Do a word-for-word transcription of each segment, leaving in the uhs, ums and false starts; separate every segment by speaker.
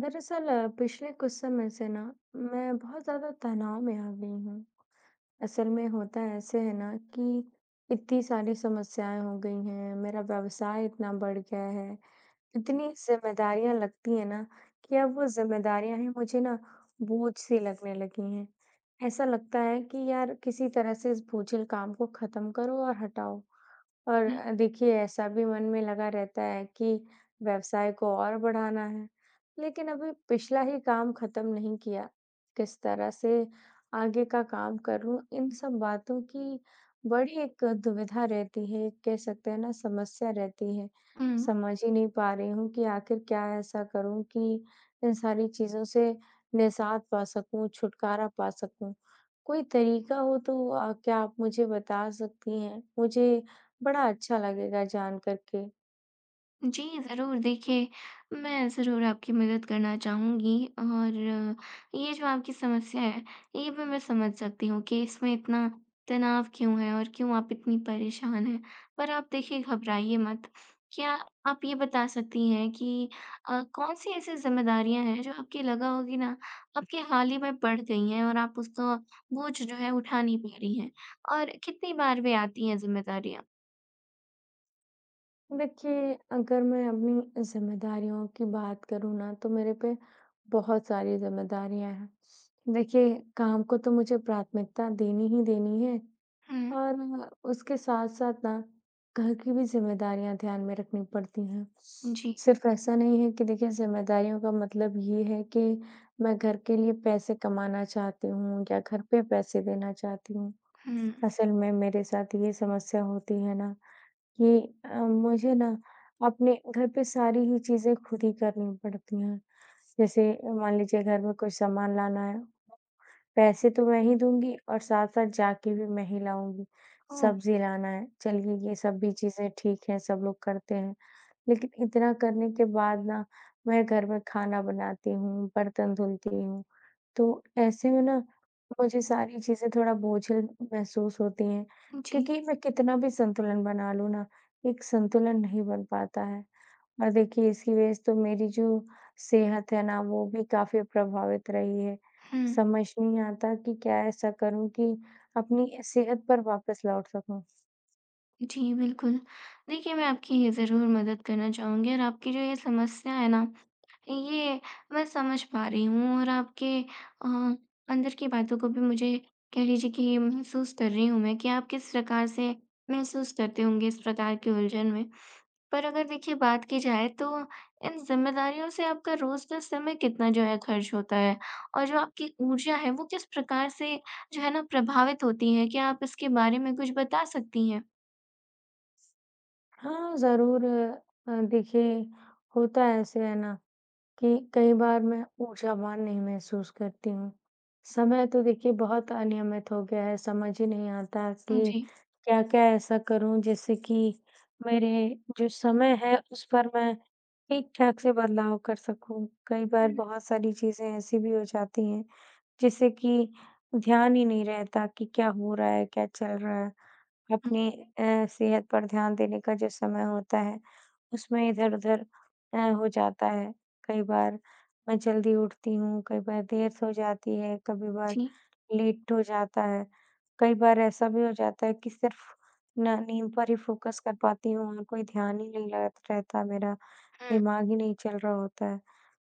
Speaker 1: दरअसल अ, पिछले कुछ समय से ना मैं बहुत ज़्यादा तनाव में आ गई हूँ। असल में होता ऐसे है ना कि इतनी सारी समस्याएं हो गई हैं, मेरा व्यवसाय इतना बढ़ गया है, इतनी जिम्मेदारियां लगती है ना कि अब वो जिम्मेदारियां हैं मुझे ना बोझ सी लगने लगी हैं। ऐसा लगता है कि यार किसी तरह से इस बोझिल काम को खत्म करो और हटाओ। और
Speaker 2: जी।
Speaker 1: अ, देखिए ऐसा भी मन में लगा रहता है कि व्यवसाय को और बढ़ाना है, लेकिन अभी पिछला ही काम खत्म नहीं किया। किस तरह से आगे का काम कर लूँ, इन सब बातों की बड़ी एक दुविधा रहती है, कह सकते हैं ना समस्या रहती है।
Speaker 2: हुँ।
Speaker 1: समझ ही नहीं पा रही हूँ कि आखिर क्या ऐसा करूँ कि इन सारी चीज़ों से निजात पा सकूँ, छुटकारा पा सकूँ। कोई तरीका हो तो अ, क्या आप मुझे बता सकती हैं? मुझे बड़ा अच्छा लगेगा जान कर के।
Speaker 2: जी, ज़रूर देखिए, मैं ज़रूर आपकी मदद करना चाहूँगी और ये जो आपकी समस्या है, ये भी मैं समझ सकती हूँ कि इसमें इतना तनाव क्यों है और क्यों आप इतनी परेशान हैं। पर आप देखिए घबराइए मत। क्या आप ये बता सकती हैं कि अ, कौन-सी ऐसी ज़िम्मेदारियाँ हैं जो आपकी लगा होगी ना आपके हाल ही में बढ़ गई हैं और आप उसका बोझ जो है उठा नहीं पा रही हैं? और कितनी बार वे आती हैं ज़िम्मेदारियाँ?
Speaker 1: देखिए, अगर मैं अपनी ज़िम्मेदारियों की बात करूँ ना, तो मेरे पे बहुत सारी ज़िम्मेदारियाँ हैं। देखिए, काम को तो मुझे प्राथमिकता देनी ही देनी है,
Speaker 2: हुँ,
Speaker 1: और उसके साथ-साथ ना घर की भी ज़िम्मेदारियाँ ध्यान में रखनी पड़ती हैं।
Speaker 2: जी।
Speaker 1: सिर्फ़ ऐसा नहीं है कि देखिए ज़िम्मेदारियों का मतलब ये है कि मैं घर के लिए पैसे कमाना चाहती हूँ या घर पे पैसे देना चाहती हूँ।
Speaker 2: हुँ।
Speaker 1: असल में मेरे साथ ये समस्या होती है ना कि अ, मुझे ना अपने घर पे सारी ही चीज़ें खुद ही करनी पड़ती हैं। जैसे मान लीजिए घर में कुछ सामान लाना है, पैसे तो मैं ही दूँगी और साथ-साथ जाके भी मैं ही लाऊँगी।
Speaker 2: ओह!
Speaker 1: सब्ज़ी लाना है, चलिए ये सब भी चीज़ें ठीक है, सब लोग करते हैं। लेकिन इतना करने के बाद ना, मैं घर में खाना बनाती हूँ, बर्तन धुलती हूँ, तो ऐसे में ना मुझे सारी चीज़ें थोड़ा बोझिल महसूस होती हैं,
Speaker 2: जी।
Speaker 1: क्योंकि मैं कितना भी संतुलन बना लूँ ना, एक संतुलन नहीं बन पाता है। और देखिए इसकी वजह से तो मेरी जो सेहत है ना, वो भी काफ़ी प्रभावित रही है।
Speaker 2: हुँ।
Speaker 1: समझ नहीं आता कि क्या ऐसा करूँ कि अपनी सेहत पर वापस लौट सकूँ?
Speaker 2: जी, बिल्कुल। देखिए, मैं आपकी ये ज़रूर मदद करना चाहूँगी और आपकी जो ये समस्या है ना, ये मैं समझ पा रही हूँ और आपके अ, अंदर की बातों को भी मुझे कह लीजिए कि महसूस कर रही हूँ मैं कि आप किस प्रकार से महसूस करते होंगे इस प्रकार की उलझन में। पर अगर देखिए बात की जाए तो इन ज़िम्मेदारियों से आपका रोज़ का समय कितना जो है खर्च होता है? और जो आपकी ऊर्जा है वो किस प्रकार से जो है ना प्रभावित होती है? क्या आप इसके बारे में कुछ बता सकती हैं?
Speaker 1: हाँ, ज़रूर। अ, देखिए, होता ऐसे है ना कि कई बार मैं ऊर्जावान नहीं महसूस करती हूँ। समय तो देखिए बहुत अनियमित हो गया है, समझ ही नहीं आता कि
Speaker 2: जी।
Speaker 1: क्या-क्या ऐसा करूँ जिससे कि मेरे जो समय है उस पर मैं ठीक-ठाक से बदलाव कर सकूँ। कई
Speaker 2: हुँ,
Speaker 1: बार
Speaker 2: हुँ।
Speaker 1: बहुत सारी चीज़ें ऐसी भी हो जाती हैं जिससे कि ध्यान ही नहीं रहता कि क्या हो रहा है, क्या चल रहा है। अपनी अ, सेहत पर ध्यान देने का जो समय होता है, उसमें इधर-उधर अ, हो जाता है। कई बार मैं जल्दी उठती हूँ, कई बार देर से हो जाती है, कभी बार
Speaker 2: जी।
Speaker 1: लेट हो जाता है। कई बार ऐसा भी हो जाता है कि सिर्फ़ ना नींद पर ही फ़ोकस कर पाती हूँ और कोई ध्यान ही नहीं लग रहता मेरा,
Speaker 2: हुँ।
Speaker 1: दिमाग ही नहीं चल रहा होता है।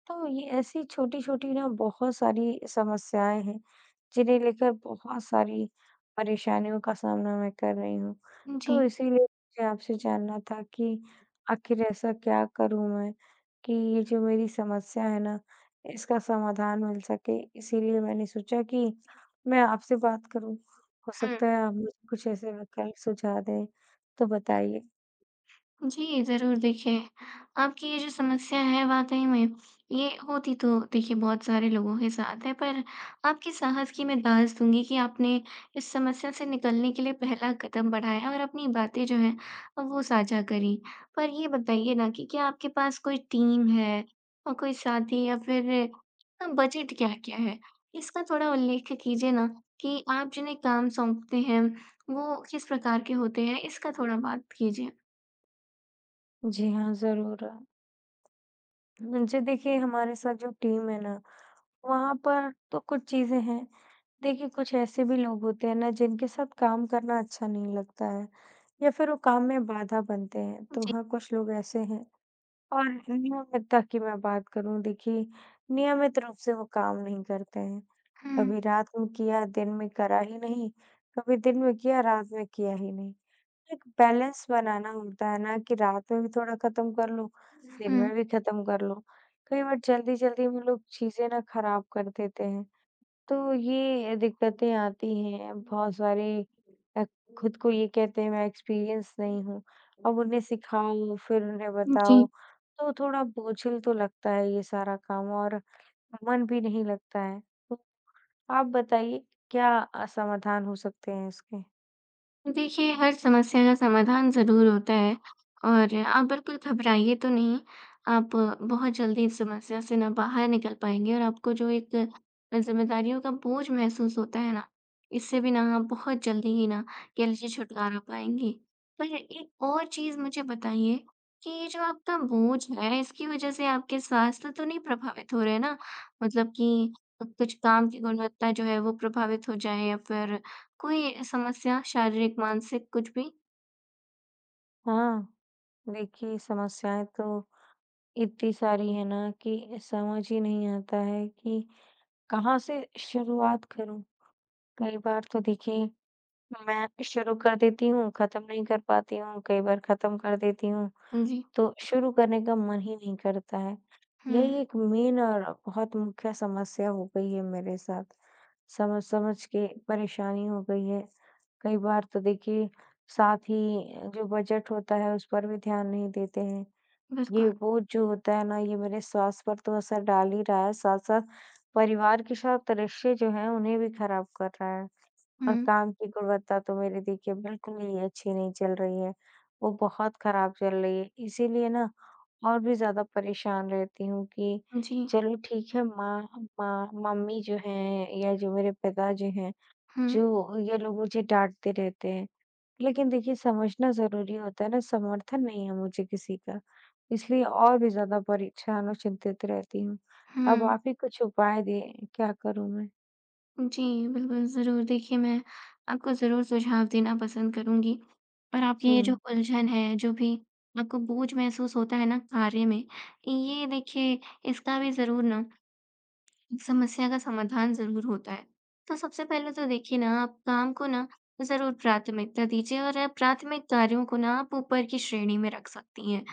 Speaker 1: तो ये ऐसी छोटी-छोटी ना बहुत सारी समस्याएँ हैं, जिन्हें लेकर बहुत सारी परेशानियों का सामना मैं कर रही हूँ।
Speaker 2: जी।
Speaker 1: तो इसीलिए मुझे आपसे जानना था कि आखिर ऐसा क्या करूँ मैं कि ये जो मेरी समस्या है ना, इसका समाधान मिल सके? इसीलिए मैंने सोचा कि मैं आपसे बात करूँ। हो
Speaker 2: हुँ।
Speaker 1: सकता है आप मुझे कुछ ऐसे विकल्प सुझाव दें, तो बताइए।
Speaker 2: जी, ज़रूर देखिए, आपकी ये जो समस्या है वाक़ई में ये होती तो देखिए बहुत सारे लोगों के साथ है, पर आपके साहस की मैं दाज़ दूँगी कि आपने इस समस्या से निकलने के लिए पहला कदम बढ़ाया और अपनी बातें जो हैं वो साझा करीं। पर ये बताइए ना कि क्या आपके पास कोई टीम है और कोई साथी या फिर अ, बजट क्या-क्या है? इसका थोड़ा उल्लेख कीजिए ना कि आप जिन्हें काम सौंपते हैं, वो किस प्रकार के होते हैं? इसका थोड़ा बात कीजिए।
Speaker 1: जी हाँ, ज़रूर। जी देखिए, हमारे साथ जो टीम है ना वहाँ पर तो कुछ चीज़ें हैं। देखिए, कुछ ऐसे भी लोग होते हैं ना जिनके साथ काम करना अच्छा नहीं लगता है या फिर वो काम में बाधा बनते हैं, तो
Speaker 2: जी।
Speaker 1: हाँ, कुछ लोग ऐसे हैं। और नियमितता की मैं बात करूँ देखिए, नियमित रूप से वो काम नहीं करते हैं।
Speaker 2: हुँ,
Speaker 1: कभी रात में किया, दिन में करा ही नहीं, कभी दिन में किया, रात में किया ही नहीं। एक बैलेंस बनाना होता है ना कि रात में भी थोड़ा खत्म कर लो, दिन
Speaker 2: हुँ।
Speaker 1: में भी खत्म कर लो। कई बार जल्दी-जल्दी में लोग चीज़ें ना खराब कर देते हैं। तो ये दिक्कतें आती हैं, बहुत सारे अ, खुद को ये कहते हैं मैं एक्सपीरियंस नहीं हूँ, अब उन्हें सिखाओ, फिर उन्हें
Speaker 2: जी।
Speaker 1: बताओ, तो थोड़ा बोझिल तो लगता है ये सारा काम और मन भी नहीं लगता है। तो आप बताइए क्या अ, समाधान हो सकते हैं इसके?
Speaker 2: देखिए, हर समस्या का समाधान ज़रूर होता है और आप बिल्कुल घबराइए तो नहीं। आप बहुत जल्दी इस समस्या से ना बाहर निकल पाएँगे और आपको जो एक ज़िम्मेदारियों का बोझ महसूस होता है ना, इससे भी ना आप बहुत जल्दी ही ना कह लीजिए छुटकारा पाएँगी। पर एक और चीज़ मुझे बताइए कि ये जो आपका बोझ है, इसकी वज़ह से आपके स्वास्थ्य तो नहीं प्रभावित हो रहे ना? मतलब कि कुछ काम की गुणवत्ता जो है वो प्रभावित हो जाए या फिर कोई समस्या शारीरिक, मानसिक कुछ भी?
Speaker 1: हाँ, देखिए समस्याएँ तो इतनी सारी है ना कि समझ ही नहीं आता है कि कहाँ से शुरुआत करूँ? कई बार तो देखिए मैं शुरू कर देती हूँ, खत्म नहीं कर पाती हूँ, कई बार खत्म कर देती हूँ,
Speaker 2: जी।
Speaker 1: तो शुरू करने का मन ही नहीं करता है। यही
Speaker 2: हुँ,
Speaker 1: एक मेन और बहुत मुख्य समस्या हो गई है मेरे साथ। समझ-समझ के परेशानी हो गई है। कई बार तो देखिए साथ ही जो बजट होता है उस पर भी ध्यान नहीं देते हैं। ये
Speaker 2: बिल्कुल।
Speaker 1: बोझ जो होता है ना ये मेरे स्वास्थ्य पर तो असर डाल ही रहा है, साथ-साथ परिवार के साथ रिश्ते जो हैं उन्हें भी खराब कर रहा है। और
Speaker 2: हुँ,
Speaker 1: काम की गुणवत्ता तो मेरी देखिए बिल्कुल ही अच्छी नहीं चल रही है, वो बहुत खराब चल रही है। इसीलिए ना और भी ज़्यादा परेशान रहती हूँ कि
Speaker 2: जी।
Speaker 1: चलो ठीक है, माँ माँ मम्मी जो हैं या जो मेरे पिताजी हैं,
Speaker 2: हुँ,
Speaker 1: जो ये लोग मुझे डाँटते रहते हैं। लेकिन देखिए समझना ज़रूरी होता है ना, समर्थन नहीं है मुझे किसी का, इसलिए और भी ज़्यादा परेशान और चिंतित रहती हूँ।
Speaker 2: हुँ।
Speaker 1: अब आप ही कुछ उपाय दें, क्या करूँ मैं?
Speaker 2: जी, बिल्कुल, ज़रूर देखिए मैं आपको ज़रूर सुझाव देना पसंद करूँगी और आपकी ये जो
Speaker 1: हुँ,
Speaker 2: उलझन है, जो भी आपको बोझ महसूस होता है ना कार्य में, ये देखिए इसका भी ज़रूर ना एक समस्या का समाधान ज़रूर होता है। तो सबसे पहले तो देखिए ना आप काम को ना ज़रूर प्राथमिकता दीजिए और प्राथमिक कार्यों को ना आप ऊपर की श्रेणी में रख सकती हैं।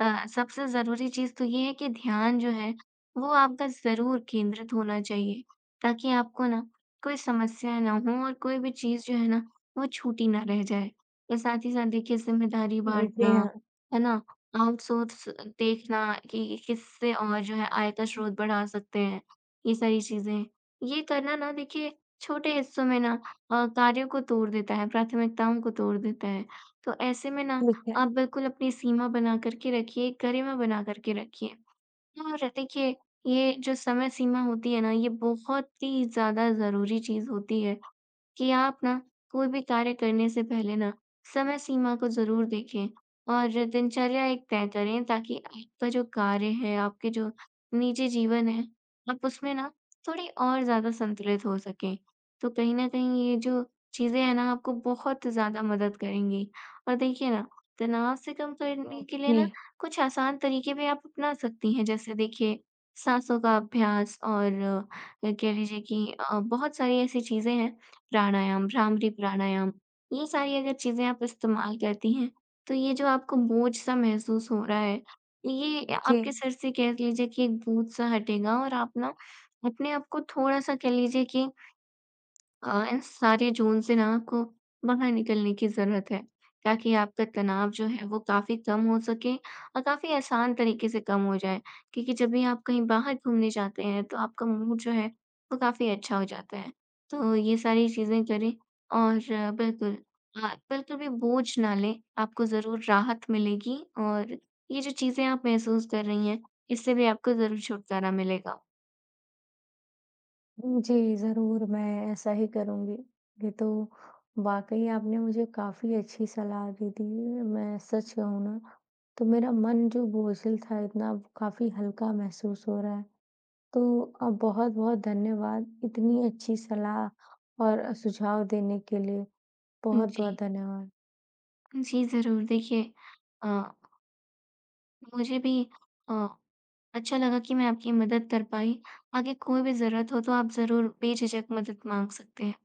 Speaker 2: अ, सबसे ज़रूरी चीज़ तो ये है कि ध्यान जो है वो आपका ज़रूर केंद्रित होना चाहिए ताकि आपको ना कोई समस्या ना हो और कोई भी चीज़ जो है ना वो छूटी ना रह जाए। और साथ ही साथ देखिए ज़िम्मेदारी
Speaker 1: जी
Speaker 2: बाँटना,
Speaker 1: हाँ।
Speaker 2: है ना? आउटसोर्स देखना कि किससे और जो है आय का स्रोत बढ़ा सकते हैं। ये सारी चीज़ें। ये करना ना देखिए छोटे हिस्सों में ना अ, कार्यों को तोड़ देता है, प्राथमिकताओं को तोड़ देता है। तो ऐसे में ना
Speaker 1: ठीक है।
Speaker 2: आप बिल्कुल अपनी सीमा बना कर के रखिए, एक गरिमा बना कर के रखिए। और देखिए ये जो समय सीमा होती है ना, ये बहुत ही ज़्यादा ज़रूरी चीज़ होती है। कि आप ना कोई भी कार्य करने से पहले ना समय सीमा को ज़रूर देखें और दिनचर्या एक तय करें ताकि आपका जो कार्य है, आपके जो निजी जीवन है, आप उसमें ना थोड़ी और ज़्यादा संतुलित हो सकें। तो कहीं न कहीं ये जो चीज़ें हैं ना आपको बहुत ज़्यादा मदद करेंगी। और देखिए ना, तनाव से कम करने के लिए ना
Speaker 1: जी,
Speaker 2: कुछ आसान तरीके भी आप अपना सकती हैं। जैसे देखिए सांसों का अभ्यास और अ, कह लीजिए कि अ, बहुत सारी ऐसी चीज़ें हैं प्राणायाम, भ्रामरी प्राणायाम, ये सारी अगर चीज़ें आप इस्तेमाल करती हैं, तो ये जो आपको बोझ-सा महसूस हो रहा है, ये
Speaker 1: जी।
Speaker 2: आपके सिर से कह लीजिए कि एक बोझ-सा हटेगा और आप ना अपने आप को थोड़ा-सा कह लीजिए कि अ, इन सारे ज़ोन से ना आपको बाहर निकलने की ज़रूरत है, ताकि आपका तनाव जो है वो काफ़ी कम हो सके और काफ़ी आसान तरीके से कम हो जाए। क्योंकि जब भी आप कहीं बाहर घूमने जाते हैं तो आपका मूड जो है वो काफ़ी अच्छा हो जाता है। तो ये सारी चीज़ें करें और आ, बिल्कुल अ, बिल्कुल भी बोझ ना लें, आपको ज़रूर राहत मिलेगी और ये जो चीज़ें आप महसूस कर रही हैं, इससे भी आपको ज़रूर छुटकारा मिलेगा।
Speaker 1: जी, ज़रूर मैं ऐसा ही करूँगी। ये तो वाक़ई आपने मुझे काफ़ी अच्छी सलाह दे दी है। मैं सच कहूँ ना, तो मेरा मन जो बोझिल था इतना अब काफ़ी हल्का महसूस हो रहा है। तो अ, बहुत-बहुत धन्यवाद इतनी अच्छी सलाह और सुझाव देने के लिए।
Speaker 2: जी।
Speaker 1: बहुत-बहुत धन्यवाद।
Speaker 2: जी, ज़रूर देखिए अ मुझे भी अ, अच्छा लगा कि मैं आपकी मदद कर पाई। आगे कोई भी ज़रूरत हो तो आप ज़रूर बेझिझक मदद माँग सकते हैं।